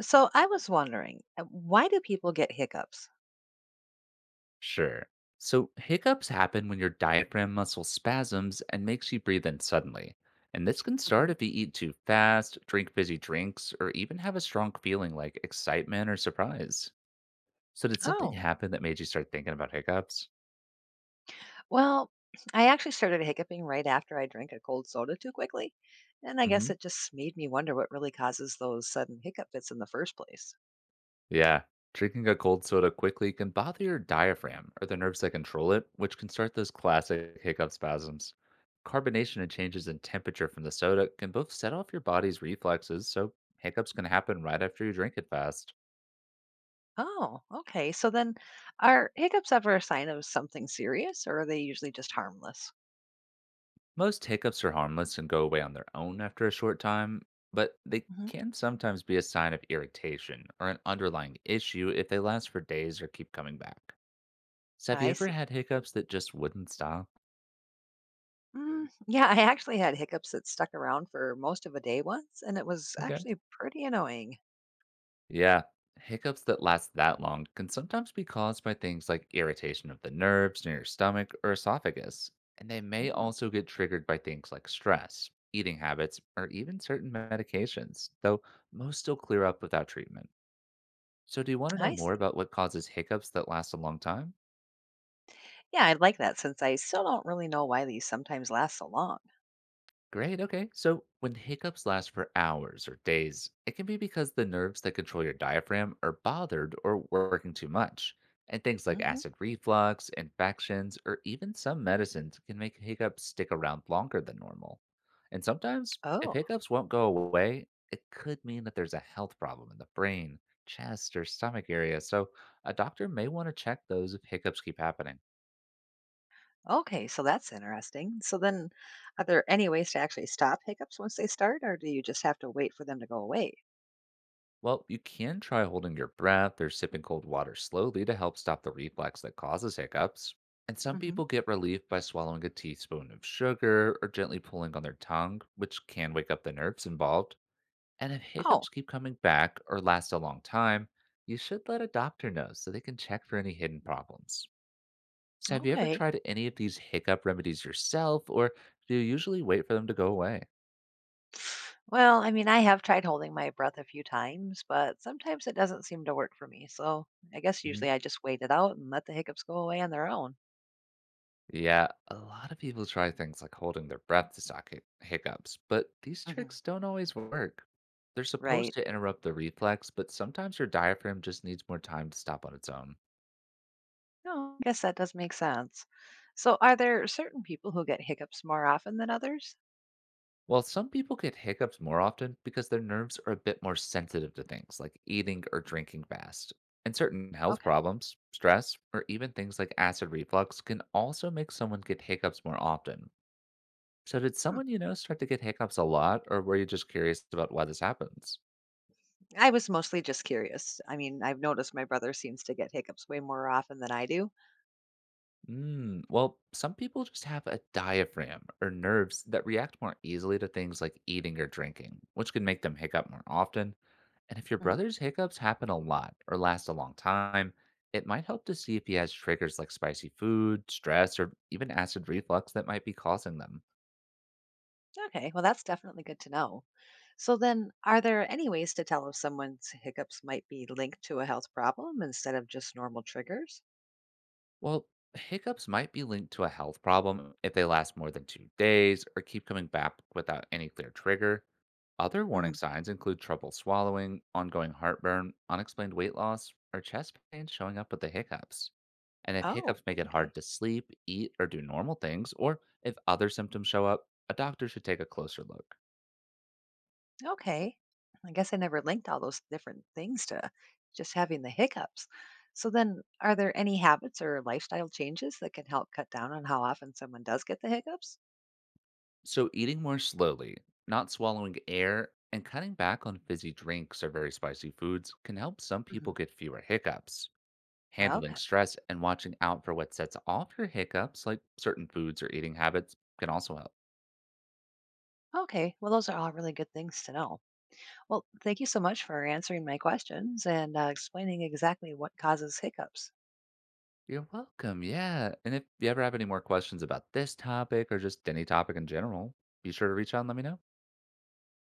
So I was wondering, why do people get hiccups? Sure. So hiccups happen when your diaphragm muscle spasms and makes you breathe in suddenly. And this can start Mhm. if you eat too fast, drink fizzy drinks, or even have a strong feeling like excitement or surprise. So did something Oh, happen that made you start thinking about hiccups? well, I actually started hiccuping right after I drank a cold soda too quickly. And I Mm-hmm. guess it just made me wonder what really causes those sudden hiccup fits in the first place. Yeah. Drinking a cold soda quickly can bother your diaphragm or the nerves that control it, which can start those classic hiccup spasms. Carbonation and changes in temperature from the soda can both set off your body's reflexes, so hiccups can happen right after you drink it fast. Oh, okay, so then are hiccups ever a sign of something serious, or are they usually just harmless? Most hiccups are harmless and go away on their own after a short time, but they hmm can sometimes be a sign of irritation or an underlying issue if they last for days or keep coming back. So, have you I ever see. had hiccups that just wouldn't stop? Mm, yeah, I actually had hiccups that stuck around for most of a day once, and it was Okay. actually pretty annoying. Yeah. Hiccups that last that long can sometimes be caused by things like irritation of the nerves near your stomach or esophagus, and they may mm also get triggered by things like stress, eating habits, or even certain medications, though most still clear up without treatment. So, do you want to know I more see. about what causes hiccups that last a long time? Yeah, I like that, since I still don't really know why these sometimes last so long. Great. Okay. So when hiccups last for hours or days, it can be because the nerves that control your diaphragm are bothered or working too much. And things like hmm acid reflux, infections, or even some medicines can make hiccups stick around longer than normal. And sometimes, if Oh, hiccups won't go away, it could mean that there's a health problem in the brain, chest, or stomach area. So a doctor may want to check those if hiccups keep happening. okay. So that's interesting. So then, are there any ways to actually stop hiccups once they start, or do you just have to wait for them to go away? Well, you can try holding your breath or sipping cold water slowly to help stop the reflex that causes hiccups. And some hmm people get relief by swallowing a teaspoon of sugar or gently pulling on their tongue, which can wake up the nerves involved. And if Oh, hiccups keep coming back or last a long time, you should let a doctor know so they can check for any hidden problems. So, have you ever okay. tried any of these hiccup remedies yourself, or do you usually wait for them to go away? Well, I mean, I have tried holding my breath a few times, but sometimes it doesn't seem to work for me. So I guess Mm-hmm. usually I just wait it out and let the hiccups go away on their own. Yeah, a lot of people try things like holding their breath to stop hiccups, but these hmm tricks don't always work. They're Right. supposed to interrupt the reflex, but sometimes your diaphragm just needs more time to stop on its own. No, I guess that does make sense. So are there certain people who get hiccups more often than others? While some people get hiccups more often because their nerves are a bit more sensitive to things like eating or drinking fast. And certain health Okay. problems, stress, or even things like acid reflux can also make someone get hiccups more often. So, did Hmm. someone you know start to get hiccups a lot, or were you just curious about why this happens? I was mostly just curious. I mean, I've noticed my brother seems to get hiccups way more often than I do. Mm, well, some people just have a diaphragm or nerves that react more easily to things like eating or drinking, which can make them hiccup more often. And if your Mhm. brother's hiccups happen a lot or last a long time, it might help to see if he has triggers like spicy food, stress, or even acid reflux that might be causing them. Okay, well, that's definitely good to know. So then, are there any ways to tell if someone's hiccups might be linked to a health problem instead of just normal triggers? Well, hiccups might be linked to a health problem if they last more than 2 days or keep coming back without any clear trigger. Other warning Mhm. signs include trouble swallowing, ongoing heartburn, unexplained weight loss, or chest pain showing up with the hiccups. And if Oh, hiccups make it okay. hard to sleep, eat, or do normal things, or if other symptoms show up, a doctor should take a closer look. Okay. I guess I never linked all those different things to just having the hiccups. So then, are there any habits or lifestyle changes that can help cut down on how often someone does get the hiccups? So, eating more slowly, not swallowing air, and cutting back on fizzy drinks or very spicy foods can help some people Mhm. get fewer hiccups. Handling Okay. stress and watching out for what sets off your hiccups, like certain foods or eating habits, can also help. Okay, well, those are all really good things to know. Well, thank you so much for answering my questions and explaining exactly what causes hiccups. You're welcome. Yeah. And if you ever have any more questions about this topic or just any topic in general, be sure to reach out and let me know.